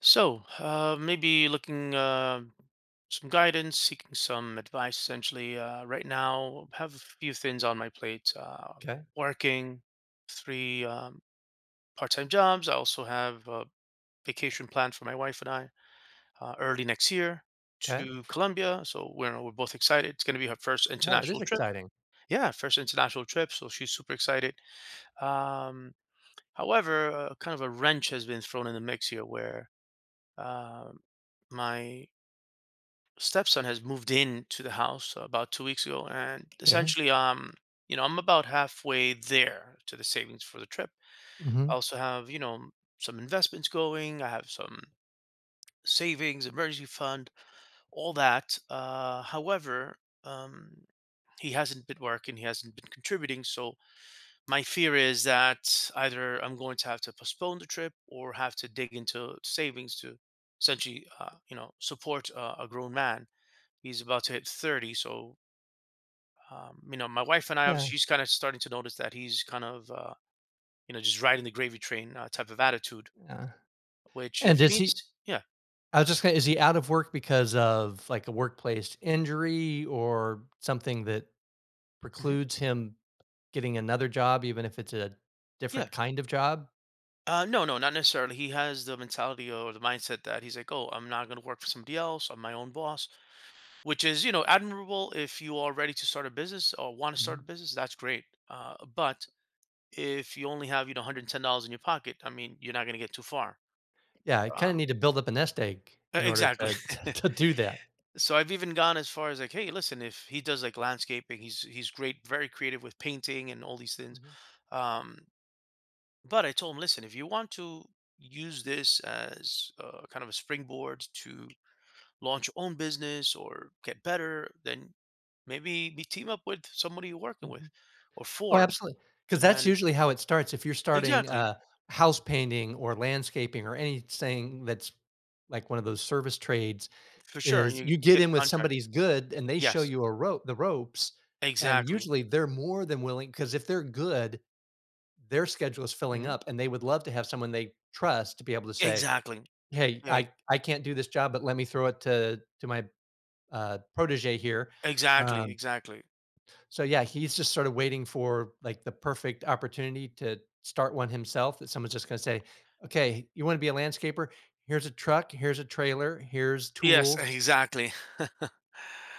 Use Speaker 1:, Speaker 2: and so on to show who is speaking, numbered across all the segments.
Speaker 1: Maybe looking some guidance, seeking some advice. Essentially, right now, have a few things on my plate.
Speaker 2: Okay.
Speaker 1: Working three part-time jobs. I also have a vacation planned for my wife and I early next year
Speaker 2: Okay.
Speaker 1: to Colombia. So we're both excited. It's going to be her first
Speaker 2: Yeah, that is
Speaker 1: international trip.
Speaker 2: exciting.
Speaker 1: Yeah, first international trip. So she's super excited. Um, however, kind of a wrench has been thrown in the mix here, where um my stepson has moved in to the house about 2 weeks ago, and
Speaker 2: 'Kay.
Speaker 1: essentially, you know, I'm about halfway there to the savings for the trip. I
Speaker 2: Mhm.
Speaker 1: also have, you know, some investments going. I have some savings, emergency fund, all that. However, um, he hasn't been working. He hasn't been contributing. So my fear is that either I'm going to have to postpone the trip or have to dig into savings to essentially, you know, support a grown man, he's about to hit 30. So you know, my wife and I,
Speaker 2: Yeah,
Speaker 1: obviously, she's kind of starting to notice that he's kind of, you know, just riding the gravy train type of attitude,
Speaker 2: yeah.
Speaker 1: which
Speaker 2: And
Speaker 1: if he
Speaker 2: does he
Speaker 1: needs, yeah,
Speaker 2: I was just gonna is he out of work because of, like, a workplace injury or something that
Speaker 1: hmm
Speaker 2: precludes him getting another job even if it's a
Speaker 1: yeah.
Speaker 2: different kind of job?
Speaker 1: No, no, not necessarily. He has the mentality or the mindset that he's like, oh, I'm not going to work for somebody else. I'm my own boss, which is, you know, admirable. If you are ready to start a business or want to start
Speaker 2: Mhm.
Speaker 1: a business, that's great. But if you only have, you know, $110 in your pocket, I mean, you're not going to get too far.
Speaker 2: Yeah, I kinda
Speaker 1: Um,
Speaker 2: need to build up a nest egg in order
Speaker 1: exactly.
Speaker 2: to to to do that.
Speaker 1: So I've even gone as far as like, hey, listen, if he does like landscaping, he's great, very creative with painting and all these things.
Speaker 2: Mhm.
Speaker 1: Um, but I told him, listen, if you want to use this as kind of a springboard to launch your own business or get better, then maybe be team up with somebody you're working with
Speaker 2: Mhm.
Speaker 1: or
Speaker 2: Oh,
Speaker 1: for.
Speaker 2: absolutely. Because that's
Speaker 1: And
Speaker 2: usually how it starts. If you're starting,
Speaker 1: exactly,
Speaker 2: house painting or landscaping or anything that's like one of those service trades
Speaker 1: for sure, and
Speaker 2: is
Speaker 1: you
Speaker 2: you get
Speaker 1: get a
Speaker 2: in with
Speaker 1: contract.
Speaker 2: somebody's good and they show
Speaker 1: Yes,
Speaker 2: you a rope the ropes, and
Speaker 1: exactly,
Speaker 2: usually they're more than willing. Because if they're good, their schedule is filling
Speaker 1: hmm
Speaker 2: up, and they would love to have someone they trust to be able to say,
Speaker 1: exactly,
Speaker 2: "Hey,
Speaker 1: yeah,
Speaker 2: I can't do this job, but let me throw it to my, protege here."
Speaker 1: exactly,
Speaker 2: Um
Speaker 1: exactly.
Speaker 2: so yeah, he's just sort of waiting for like the perfect opportunity to start one himself that someone's just going to say, "Okay, you want to be a landscaper? Here's a truck, here's a trailer, here's
Speaker 1: Yes,
Speaker 2: tools,
Speaker 1: exactly.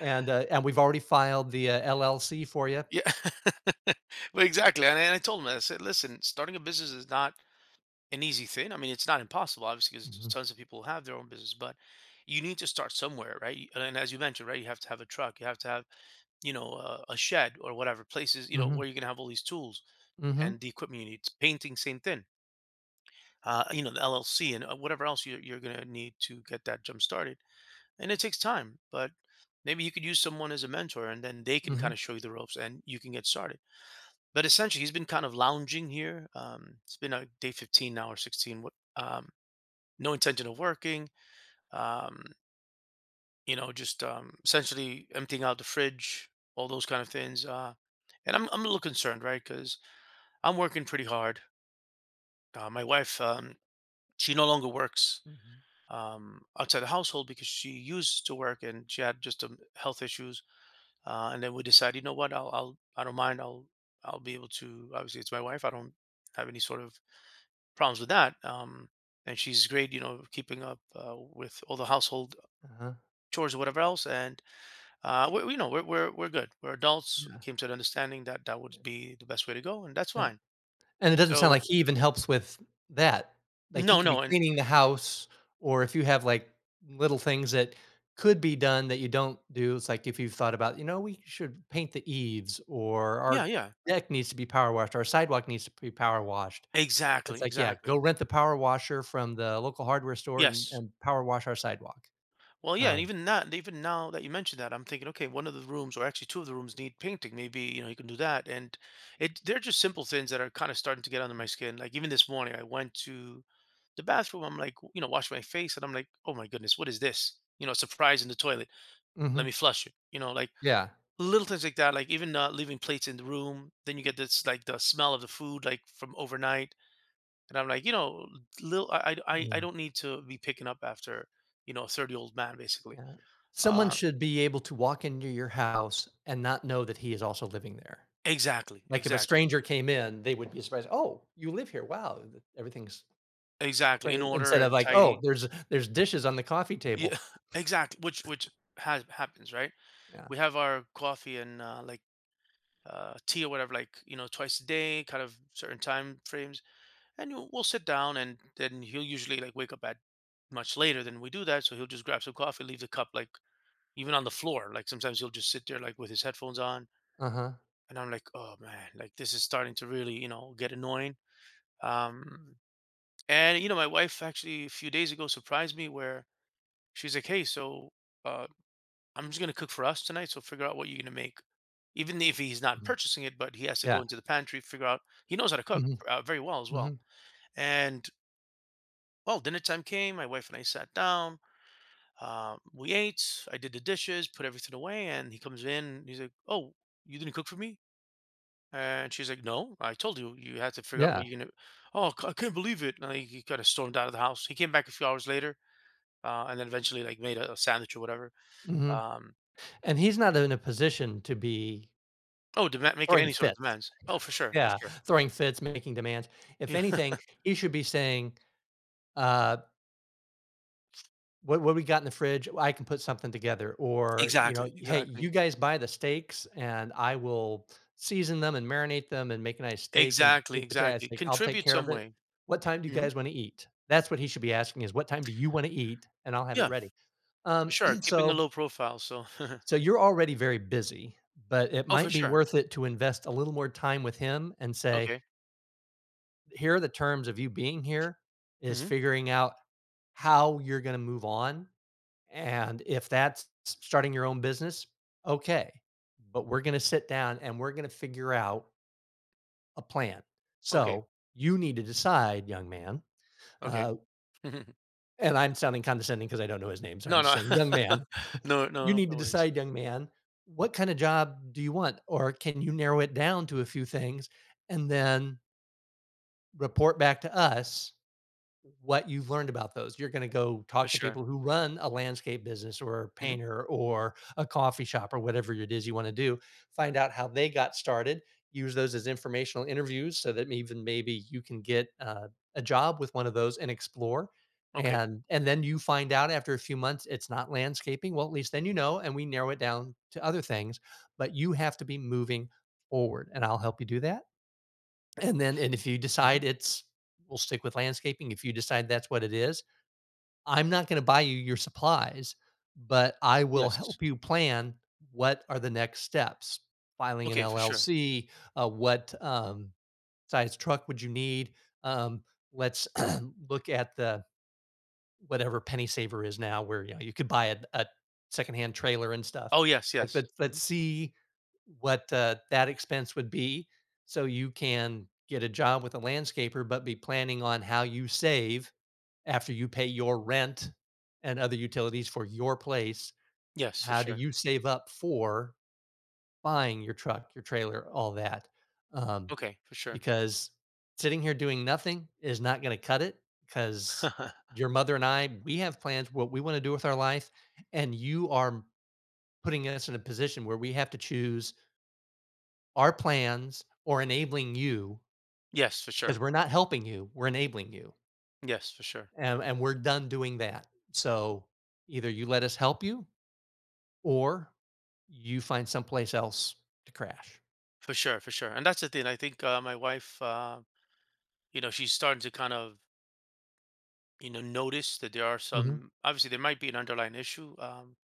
Speaker 2: and we've already filed the LLC for you."
Speaker 1: Yeah. Well, exactly, and I told him I said, "Listen, starting a business is not an easy thing. I mean, it's not impossible, obviously, because
Speaker 2: Mhm.
Speaker 1: tons of people have their own business, but you need to start somewhere, right? And as you mentioned, right, you have to have a truck, you have to have, you know, a shed or whatever places, you know,
Speaker 2: Mhm.
Speaker 1: where you're gonna have all these tools
Speaker 2: Mhm.
Speaker 1: and the equipment you need. Painting, same thing. You know, the LLC and whatever else you're gonna need to get that jump started. And it takes time, but maybe you could use someone as a mentor, and then they can kind
Speaker 2: Mhm.
Speaker 1: of show you the ropes, and you can get started." But essentially, he's been kind of lounging here. It's been day 15 now or 16. No intention of working. Um, you know, just essentially emptying out the fridge, all those kind of things. And I'm a little concerned, right? Because I'm working pretty hard. My wife, she no longer works
Speaker 2: Mhm.
Speaker 1: outside the household because she used to work and she had just health issues. And then we decided, you know what? I'll I don't mind. I'll be able to. Obviously, it's my wife. I don't have any sort of problems with that. And she's great, you know, keeping up with all the household
Speaker 2: Uh-huh.
Speaker 1: chores or whatever else. And we, you know, we're good. We're adults.
Speaker 2: Yeah.
Speaker 1: We came to an understanding that that would be the best way to go, and that's
Speaker 2: Yeah.
Speaker 1: fine.
Speaker 2: And it doesn't sound
Speaker 1: So
Speaker 2: like he even helps with that. Like, he
Speaker 1: no,
Speaker 2: could be
Speaker 1: no, and
Speaker 2: cleaning the house, or if you have, like, little things that could be done that you don't do, it's like if you've thought about, you know, we should paint the eaves, or
Speaker 1: yeah,
Speaker 2: our
Speaker 1: yeah,
Speaker 2: deck needs to be power washed, our sidewalk needs to be power washed. It's
Speaker 1: exactly,
Speaker 2: like, yeah, go
Speaker 1: exactly.
Speaker 2: rent the power washer from the local hardware store and
Speaker 1: Yes,
Speaker 2: and power wash our sidewalk.
Speaker 1: well, yeah, and
Speaker 2: Um,
Speaker 1: even that, even now that you mentioned that, I'm thinking, okay, one of the rooms, or actually two of the rooms, need painting. Maybe you know you can do that. And it, they're just simple things that are kind of starting to get under my skin. Like even this morning, I went to the bathroom. I'm like, you know, wash my face, and I'm like, oh my goodness, what is this? You know, surprise in the toilet. Let
Speaker 2: mhm,
Speaker 1: me flush it. You know, like
Speaker 2: yeah,
Speaker 1: little things like that. Like even leaving plates in the room, then you get this like the smell of the food like from overnight. And I'm like, you know, little, I
Speaker 2: yeah,
Speaker 1: don't need to be picking up after you know a 30 old man basically.
Speaker 2: yeah. Someone
Speaker 1: Uh,
Speaker 2: should be able to walk into your house and not know that he is also living there.
Speaker 1: Exactly,
Speaker 2: Like, if a
Speaker 1: exactly,
Speaker 2: stranger came in, they would be surprised, "Oh, you live here. Wow, th everything's
Speaker 1: exactly, in
Speaker 2: clean,"
Speaker 1: order
Speaker 2: instead of
Speaker 1: and
Speaker 2: like, "Oh,
Speaker 1: tidy.
Speaker 2: there's dishes on the coffee table."
Speaker 1: Yeah, exactly, which has happens, right?
Speaker 2: Yeah.
Speaker 1: We have our coffee and, like, tea or whatever, like, you know, twice a day, kind of certain time frames, and we we'll sit down, and then he'll usually, like, wake up at much later than we do that, so he'll just grab some coffee, leave the cup, like, even on the floor, like, sometimes he'll just sit there, like, with his headphones on,
Speaker 2: Uh-huh.
Speaker 1: and I'm like, "Oh, man," like, this is starting to really, you know, get annoying, um, and, you know, my wife actually a few days ago surprised me where she's like, "Hey, so uh, I'm just gonna cook for us tonight. So figure out what you're gonna make." Even if he's not
Speaker 2: Mhm.
Speaker 1: purchasing it, but he has to go
Speaker 2: Yeah.
Speaker 1: into the pantry, figure out. He knows how to cook
Speaker 2: Mhm.
Speaker 1: very well as well.
Speaker 2: Mhm.
Speaker 1: And well, dinner time came. My wife and I sat down. We ate. I did the dishes, put everything away, and he comes in. And He's like, "Oh, you didn't cook for me?" And she's like, "No, I told you you had to figure out
Speaker 2: Yeah.
Speaker 1: what you're gonna." Oh, I can't believe it! And he kind of stormed out of the house. He came back a few hours later, and then eventually like made a sandwich or whatever.
Speaker 2: Mhm.
Speaker 1: Um,
Speaker 2: And he's not in a position to be
Speaker 1: Oh, dema making
Speaker 2: throwing
Speaker 1: any sort of
Speaker 2: fits.
Speaker 1: demands. Oh, for sure, for
Speaker 2: Yeah,
Speaker 1: sure.
Speaker 2: throwing fits, making demands. If
Speaker 1: Yeah.
Speaker 2: anything, he should be saying, uh what we got in the fridge, I can put something together, or, you know,
Speaker 1: Exactly,
Speaker 2: "Hey, you
Speaker 1: exactly.
Speaker 2: guys buy the steaks and I will season them and marinate them and make a nice steak and
Speaker 1: Exactly,
Speaker 2: baked potatoes,
Speaker 1: exactly.
Speaker 2: like, I'll take
Speaker 1: Contribute
Speaker 2: care of
Speaker 1: some
Speaker 2: it.
Speaker 1: way.
Speaker 2: What time do you
Speaker 1: Mhm.
Speaker 2: guys wanna eat?" That's what he should be asking is, "What time do you wanna eat?" And I'll have it
Speaker 1: Yeah,
Speaker 2: ready.
Speaker 1: for
Speaker 2: Um,
Speaker 1: sure, keeping a
Speaker 2: so
Speaker 1: low profile, so
Speaker 2: so you're already very busy, but it
Speaker 1: Oh, for
Speaker 2: might be
Speaker 1: sure.
Speaker 2: worth it to invest a little more time with him and say,
Speaker 1: Okay.
Speaker 2: "Here are the terms of you being here, is
Speaker 1: Mhm.
Speaker 2: figuring out how you're gonna move on and if that's starting your own business, okay. But we're going to sit down and we're going to figure out a plan.
Speaker 1: Okay,
Speaker 2: So you need to decide, young man.
Speaker 1: okay.
Speaker 2: Uh, and I'm sounding condescending because I don't know his name. So I'm
Speaker 1: No,
Speaker 2: just
Speaker 1: no.
Speaker 2: saying, young man,
Speaker 1: No, no,
Speaker 2: you
Speaker 1: no
Speaker 2: need to
Speaker 1: worries.
Speaker 2: decide, young man, what kind of job do you want? Or can you narrow it down to a few things and then report back to us what you've learned about those. You're gonna go
Speaker 1: For
Speaker 2: talk to
Speaker 1: sure.
Speaker 2: people who run a landscape business or a
Speaker 1: Mhm.
Speaker 2: painter or a coffee shop or whatever it is you wanna do, find out how they got started, use those as informational interviews so that even maybe you can get, a job with one of those and explore,
Speaker 1: Okay.
Speaker 2: and then you find out after a few months it's not landscaping, well, at least then you know, and we narrow it down to other things, but you have to be moving forward, and I'll help you do that. And if you
Speaker 1: Mhm.
Speaker 2: decide it's we'll stick with landscaping, if you decide that's what it is, I'm not gonna buy you your supplies, but I will
Speaker 1: Yes.
Speaker 2: help you plan what are the next steps. Filing an
Speaker 1: Okay, for sure.
Speaker 2: LLC, what, size truck would you need? Um, let's look at the whatever penny saver is now where, you know, you could buy a secondhand trailer and stuff.
Speaker 1: Oh, yes,
Speaker 2: Like,
Speaker 1: yes.
Speaker 2: let's
Speaker 1: Mhm.
Speaker 2: see what, that expense would be so you can get a job with a landscaper, but be planning on how you save after you pay your rent and other utilities for your place.
Speaker 1: Yes, for
Speaker 2: How do
Speaker 1: sure.
Speaker 2: you save up for buying your truck, your trailer, all that? Um,
Speaker 1: Okay, for sure.
Speaker 2: because sitting here doing nothing is not going to cut it because your mother and I, we have plans what we want to do with our life. And you are putting us in a position where we have to choose our plans or enabling you
Speaker 1: Yes, for
Speaker 2: because
Speaker 1: sure.
Speaker 2: we're not helping you, we're enabling you.
Speaker 1: Yes, for sure.
Speaker 2: And we're done doing that. So either you let us help you or you find someplace else to crash.
Speaker 1: For sure, for sure, and that's the thing, I think, my wife, you know she's starting to kind of you know notice that there are
Speaker 2: Hmm.
Speaker 1: some obviously there might be an underlying issue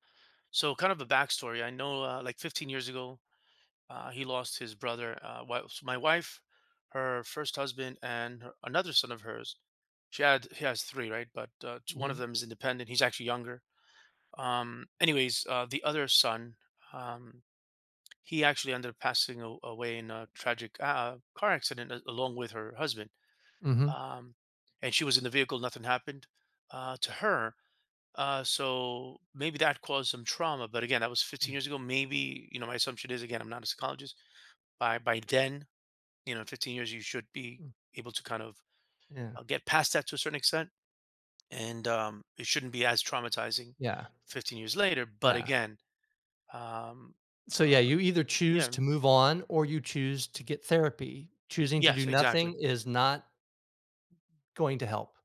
Speaker 1: so kind of a backstory I know like 15 years ago he lost his brother so my wife her first husband and her, another son of hers she had he has three right but one
Speaker 2: Hmm.
Speaker 1: of them is independent he's actually younger anyways the other son um he actually ended up passing away in a tragic car accident along with her husband
Speaker 2: Hmm.
Speaker 1: um, and she was in the vehicle. Nothing happened to her. So maybe that caused some trauma. But again, that was 15 years ago. Maybe you know my assumption is again I'm not a psychologist. By then, you know, in 15 years, you should be able to kind of
Speaker 2: Yeah.
Speaker 1: get past that to a certain extent, and it shouldn't be as traumatizing
Speaker 2: Yeah.
Speaker 1: 15 years later. But
Speaker 2: Yeah.
Speaker 1: again, um,
Speaker 2: So,
Speaker 1: uh,
Speaker 2: yeah, you either choose
Speaker 1: yeah,
Speaker 2: to move on or you choose to get therapy. Choosing to do
Speaker 1: yes,
Speaker 2: nothing
Speaker 1: exactly.
Speaker 2: is not going to help.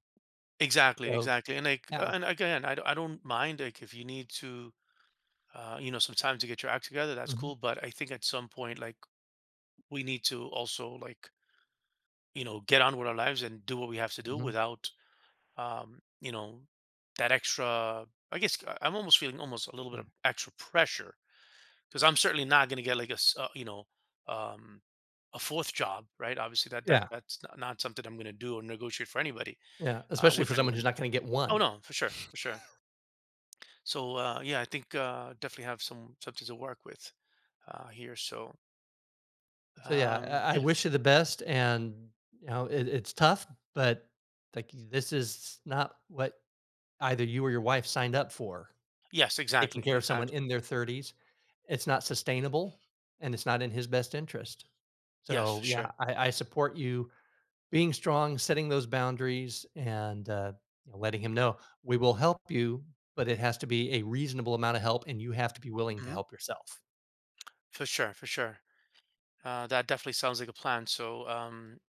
Speaker 1: Exactly,
Speaker 2: So,
Speaker 1: exactly. And like,
Speaker 2: yeah.
Speaker 1: and again, I don't mind like if you need to you know, some time to get your act together, that's
Speaker 2: Mhm,
Speaker 1: cool. But I think at some point, like, we need to also, like, you know, get on with our lives and do what we have to do
Speaker 2: mhm,
Speaker 1: without, you know, that extra. I guess I'm almost feeling almost a little bit
Speaker 2: yeah.
Speaker 1: of extra pressure because I'm certainly not going to get like a, you know, um, a fourth job, right? Obviously, that that
Speaker 2: Yeah,
Speaker 1: that's not, not something I'm going to do or negotiate for anybody,
Speaker 2: yeah, especially
Speaker 1: with
Speaker 2: for someone
Speaker 1: anyone.
Speaker 2: who's not gonna get
Speaker 1: Oh
Speaker 2: one.
Speaker 1: no, for sure, for sure. So yeah, I think definitely have some something to work with here. So
Speaker 2: So, yeah, I
Speaker 1: yeah.
Speaker 2: wish you the best, and, you know, it's tough, but, like, this is not what either you or your wife signed up for.
Speaker 1: Yes,
Speaker 2: Taking
Speaker 1: exactly,
Speaker 2: care of someone
Speaker 1: exactly.
Speaker 2: in their 30s, it's not sustainable, and it's not in his best interest.
Speaker 1: Yes,
Speaker 2: So,
Speaker 1: for
Speaker 2: yeah,
Speaker 1: sure.
Speaker 2: I support you being strong, setting those boundaries, and you know, letting him know we will help you, but it has to be a reasonable amount of help, and you have to be willing to
Speaker 1: Mhm.
Speaker 2: help yourself.
Speaker 1: For sure, for sure. That definitely sounds like a plan. So, um,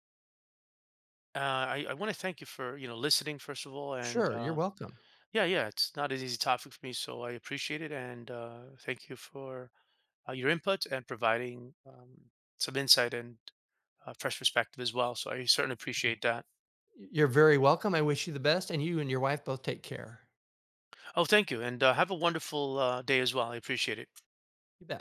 Speaker 1: uh, I, I want to thank you for, you know, listening first of all, and
Speaker 2: Sure, you're welcome.
Speaker 1: yeah, yeah, it's not an easy topic for me, so I appreciate it, and thank you for your input and providing some insight and fresh perspective as well. So I certainly appreciate that.
Speaker 2: You're very welcome. I wish you the best, and you and your wife both take care.
Speaker 1: Oh, thank you, and have a wonderful day as well. I appreciate it.
Speaker 2: You bet.